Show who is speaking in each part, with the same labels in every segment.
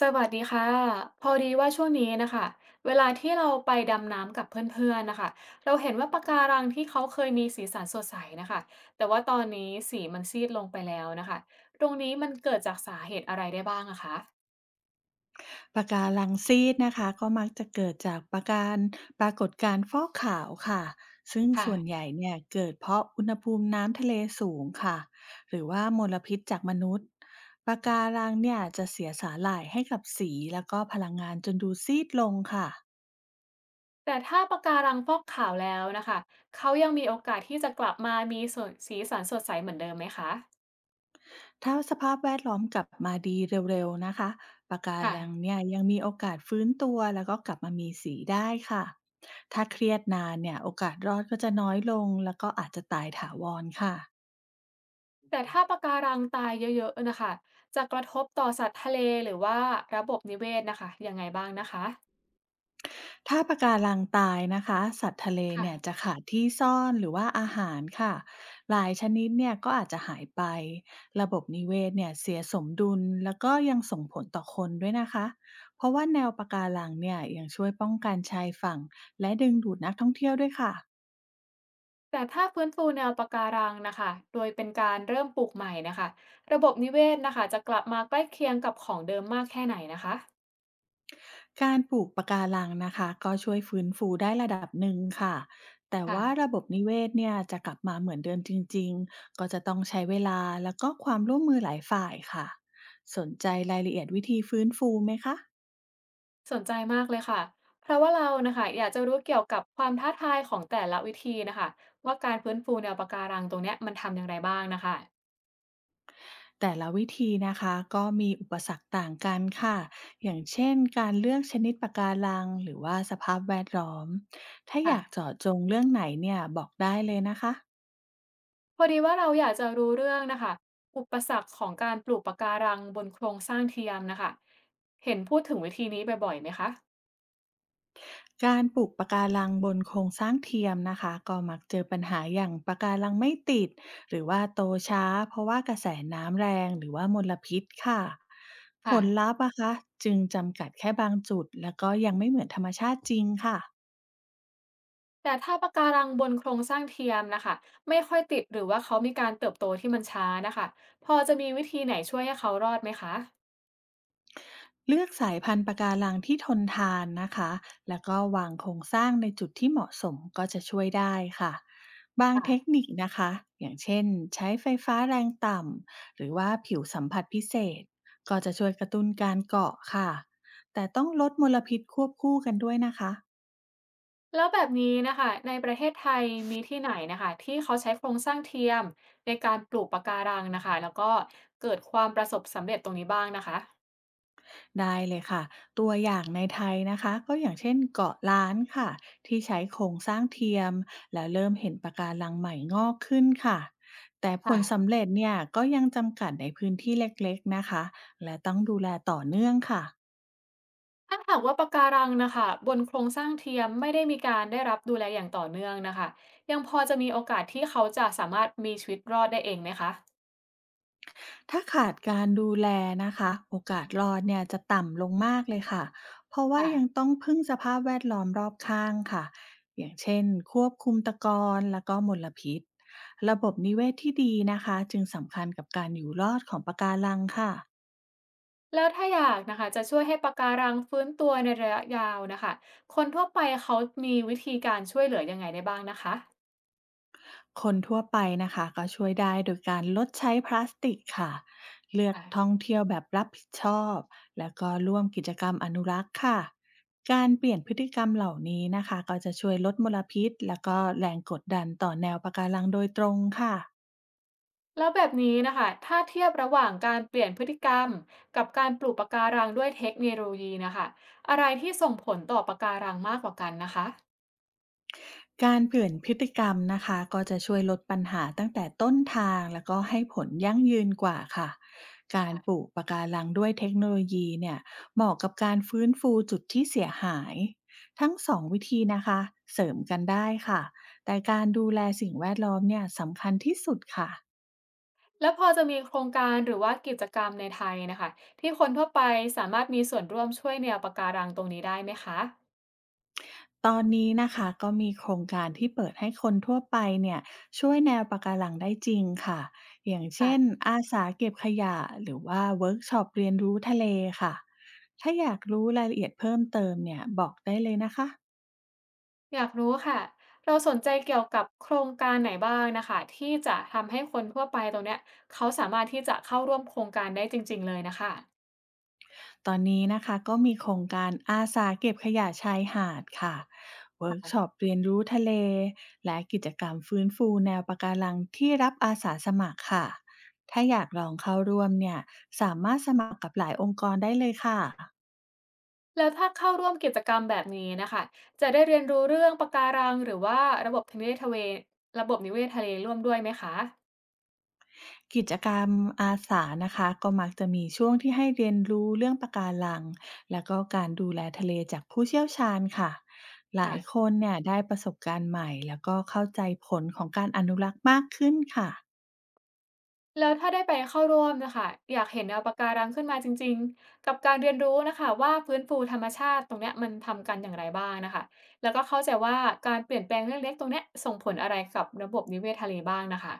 Speaker 1: สวัสดีค่ะพอดีว่าช่วงนี้นะคะเวลาที่เราไปดำน้ำกับเพื่อนๆนะคะเราเห็นว่าปะการังที่เขาเคยมีสีสันสดใสนะคะแต่ว่าตอนนี้สีมันซีดลงไปแล้วนะคะตรงนี้มันเกิดจากสาเหตุอะไรได้บ้างอะคะ
Speaker 2: ปะการังซีดนะคะก็มักจะเกิดจากปรากฏการณ์ฟอกขาวค่ะซึ่ง
Speaker 1: ค่ะ
Speaker 2: ส่วนใหญ่เนี่ยเกิดเพราะอุณหภูมิน้ำทะเลสูงค่ะหรือว่ามลพิษจากมนุษย์ปะการังเนี่ยจะเสียสาหร่ายให้กับสีแล้วก็พลังงานจนดูซีดลงค่ะ
Speaker 1: แต่ถ้าปะการังฟอกขาวแล้วนะคะเขายังมีโอกาสที่จะกลับมามีส่วนสีสันสดใสเหมือนเดิมไหมคะ
Speaker 2: ถ้าสภาพแวดล้อมกลับมาดีเร็วๆนะคะปะการัง
Speaker 1: ค่ะ
Speaker 2: เนี่ยยังมีโอกาสฟื้นตัวแล้วก็กลับมามีสีได้ค่ะถ้าเครียดนานเนี่ยโอกาสรอดก็จะน้อยลงแล้วก็อาจจะตายถาวรค่ะ
Speaker 1: แต่ถ้าปะการังตายเยอะๆนะคะจะกระทบต่อสัตว์ทะเลหรือว่าระบบนิเวศนะคะยังไงบ้างนะคะ
Speaker 2: ถ้าปะการังตายนะคะสัตว์ทะเลเนี่ย
Speaker 1: ค่ะ
Speaker 2: จะขาดที่ซ่อนหรือว่าอาหารค่ะหลายชนิดเนี่ยก็อาจจะหายไประบบนิเวศเนี่ยเสียสมดุลแล้วก็ยังส่งผลต่อคนด้วยนะคะเพราะว่าแนวปะการังเนี่ยยังช่วยป้องกันชายฝั่งและดึงดูดนักท่องเที่ยวด้วยค่ะ
Speaker 1: แต่ถ้าฟื้นฟูแนวปะการังนะคะโดยเป็นการเริ่มปลูกใหม่นะคะระบบนิเวศนะคะจะกลับมาใกล้เคียงกับของเดิมมากแค่ไหนนะคะ
Speaker 2: การปลูกปะการังนะคะก็ช่วยฟื้นฟูได้ระดับหนึ่งค่ะแต่ว่าระ
Speaker 1: ค่ะ
Speaker 2: บบนิเวศเนี่ยจะกลับมาเหมือนเดิมจริงๆก็จะต้องใช้เวลาแล้วก็ความร่วมมือหลายฝ่ายค่ะสนใจรายละเอียดวิธีฟื้นฟูไหมคะ
Speaker 1: สนใจมากเลยค่ะ เพราะว่าเรานะคะอยากจะรู้เกี่ยวกับความท้าทายของแต่ละวิธีนะคะว่าการฟื้นฟูแนวปะการังตรงเนี้ยมันทำอย่างไรบ้างนะคะ
Speaker 2: แต่ละวิธีนะคะก็มีอุปสรรคต่างกันค่ะอย่างเช่นการเลือกชนิดปะการังหรือว่าสภาพแวดล้อมถ้าอยาก
Speaker 1: ค่ะ
Speaker 2: เจาะจงเรื่องไหนเนี่ยบอกได้เลยนะคะ
Speaker 1: พอดีว่าเราอยากจะรู้เรื่องนะคะอุปสรรคของการปลูกปะการังบนโครงสร้างเทียมนะคะเห็นพูดถึงวิธีนี้บ่อยๆไหมคะ
Speaker 2: การปลูกปะการังบนโครงสร้างเทียมนะคะก็มักเจอปัญหาอย่างปะการังไม่ติดหรือว่าโตช้าเพราะว่ากระแสน้ำแรงหรือว่ามลพิษค่ะผ
Speaker 1: ค่ะ
Speaker 2: ลลัพธ์นะคะจึงจำกัดแค่บางจุดแล้วก็ยังไม่เหมือนธรรมชาติจริงค่ะ
Speaker 1: แต่ถ้าปะการังบนโครงสร้างเทียมนะคะไม่ค่อยติดหรือว่าเขามีการเติบโตที่มันช้านะคะพอจะมีวิธีไหนช่วยให้เขารอดไหมคะ
Speaker 2: เลือกสายพันธุ์ปะการังที่ทนทานนะคะ แล้วก็วางโครงสร้างในจุดที่เหมาะสมก็จะช่วยได้ค่ะ บางเทค
Speaker 1: ค่ะ
Speaker 2: นิคนะคะ อย่างเช่นใช้ไฟฟ้าแรงต่ำ หรือว่าผิวสัมผัสพิเศษ ก็จะช่วยกระตุ้นการเกาะค่ะ แต่ต้องลดมลพิษควบคู่กันด้วยนะคะ
Speaker 1: แล้วแบบนี้นะคะในประเทศไทยมีที่ไหนนะคะที่เขาใช้โครงสร้างเทียมในการปลูกปะการังนะคะแล้วก็เกิดความประสบสำเร็จตรงนี้บ้างนะคะ
Speaker 2: ได้เลยค่ะตัวอย่างในไทยนะคะก็อย่างเช่นเกาะล้านค่ะที่ใช้โครงสร้างเทียมแล้วเริ่มเห็นปะการังใหม่งอกขึ้นค่ะแต่ผ
Speaker 1: อ่ะ
Speaker 2: ลสำเร็จเนี่ยก็ยังจำกัดในพื้นที่เล็กๆนะคะและต้องดูแลต่อเนื่องค่ะ
Speaker 1: ถ้าหากว่าปะการังนะคะบนโครงสร้างเทียมไม่ได้มีการได้รับดูแลอย่างต่อเนื่องนะคะยังพอจะมีโอกาสที่เขาจะสามารถมีชีวิตรอดได้เองไหมคะ
Speaker 2: ถ้าขาดการดูแลนะคะโอกาสรอดเนี่ยจะต่ำลงมากเลยค่ะ เพราะว่า
Speaker 1: ค่ะ
Speaker 2: ยังต้องพึ่งสภาพแวดล้อมรอบข้างค่ะ อย่างเช่นควบคุมตะกอนแล้วก็มลพิษระบบนิเวศที่ดีนะคะจึงสำคัญกับการอยู่รอดของปะการังค่ะ
Speaker 1: แล้วถ้าอยากนะคะจะช่วยให้ปะการังฟื้นตัวในระยะยาวนะคะคนทั่วไปเขามีวิธีการช่วยเหลือยังไงได้บ้างนะคะ
Speaker 2: คนทั่วไปนะคะก็ช่วยได้โดยการลดใช้พลาสติกค่ะเลือก
Speaker 1: อ่ะ
Speaker 2: ท่องเที่ยวแบบรับผิดชอบแล้วก็ร่วมกิจกรรมอนุรักษ์ค่ะการเปลี่ยนพฤติกรรมเหล่านี้นะคะก็จะช่วยลดมลพิษแล้วก็แรงกดดันต่อแนวปะการังโดยตรงค่ะ
Speaker 1: แล้วแบบนี้นะคะถ้าเทียบระหว่างการเปลี่ยนพฤติกรรมกับการปลูกปะการังด้วยเทคโนโลยีนะคะอะไรที่ส่งผลต่อปะการังมากกว่ากันนะคะ
Speaker 2: การเปลี่ยนพฤติกรรมนะคะก็จะช่วยลดปัญหาตั้งแต่ต้นทางแล้วก็ให้ผลยั่งยืนกว่าค่ะการปลูกปะการังด้วยเทคโนโลยีเนี่ยเหมาะกับการฟื้นฟูจุดที่เสียหายทั้งสองวิธีนะคะเสริมกันได้ค่ะแต่การดูแลสิ่งแวดล้อมเนี่ยสำคัญที่สุดค่ะ
Speaker 1: แล้วพอจะมีโครงการหรือว่ากิจกรรมในไทยนะคะที่คนทั่วไปสามารถมีส่วนร่วมช่วยแนวปะการังตรงนี้ได้ไหมคะ
Speaker 2: ตอนนี้นะคะก็มีโครงการที่เปิดให้คนทั่วไปเนี่ยช่วยแนวปะการังได้จริงค่ะอย่างเช่นอาสาเก็บขยะหรือว่าเวิร์กช็อปเรียนรู้ทะเลค่ะถ้าอยากรู้รายละเอียดเพิ่มเติมเนี่ยบอกได้เลยนะคะ
Speaker 1: อยากรู้ค่ะ เราสนใจเกี่ยวกับโครงการไหนบ้างนะคะที่จะทำให้คนทั่วไปตรงเนี้ยเขาสามารถที่จะเข้าร่วมโครงการได้จริงๆเลยนะคะ
Speaker 2: ตอนนี้นะคะก็มีโครงการอาสาเก็บขยะชายหาดค่ะเวิร์กช็อป
Speaker 1: ค่ะ
Speaker 2: เรียนรู้ทะเลและกิจกรรมฟื้นฟูแนวปะการังที่รับอาสาสมัครค่ะถ้าอยากลองเข้าร่วมเนี่ยสามารถสมัครกับหลายองค์กรได้เลยค่ะ
Speaker 1: แล้วถ้าเข้าร่วมกิจกรรมแบบนี้นะคะจะได้เรียนรู้เรื่องปะการังหรือว่าระบบนิเนทะเลระบบนิเวศทะเลร่วมด้วยไหมคะ
Speaker 2: กิจกรรมอาสานะคะก็มักจะมีช่วงที่ให้เรียนรู้เรื่องปะการังแล้วก็การดูแลทะเลจากผู้เชี่ยวชาญค่ะหลายค
Speaker 1: ค่ะ
Speaker 2: นเนี่ยได้ประสบการณ์ใหม่แล้วก็เข้าใจผลของการอนุรักษ์มากขึ้นค่ะ
Speaker 1: แล้วถ้าได้ไปเข้าร่วมน่ะค่ะอยากเห็นเอาปะการังขึ้นมาจริงๆกับการเรียนรู้นะคะว่าฟื้นฟูธรรมชาติตรงเนี้ยมันทำกันอย่างไรบ้างนะคะแล้วก็เข้าใจว่าการเปลี่ยนแปลงเล็กๆตรงเนี้ยส่งผลอะไรกับระบบนิเวศทะเลบ้างนะคะ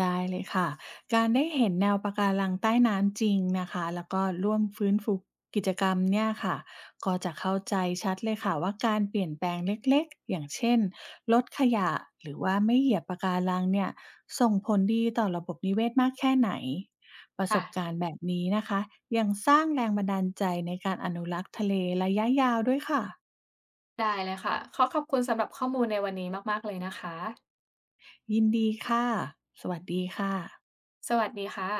Speaker 2: ได้เลยค่ะการได้เห็นแนวปะการังใต้น้ำจริงนะคะแล้วก็ร่วมฟื้นฟูกิจกรรมเนี่ยค่ะก็จะเข้าใจชัดเลยค่ะว่าการเปลี่ยนแปลงเล็กๆ อย่างเช่นลดขยะหรือว่าไม่เหยียบปะการังเนี่ยส่งผลดีต่อระบบนิเวศมากแค่ไหนประส
Speaker 1: ค่ะ
Speaker 2: บการณ์แบบนี้นะคะยังสร้างแรงบันดาลใจในการอนุรักษ์ทะเลระยะยาวด้วยค่ะ
Speaker 1: ได้เลยค่ะขอขอบคุณสำหรับข้อมูลในวันนี้มากๆเลยนะคะ
Speaker 2: ยินดีค่ะ สวัสดีค่ะ
Speaker 1: สวัสดีค่ะ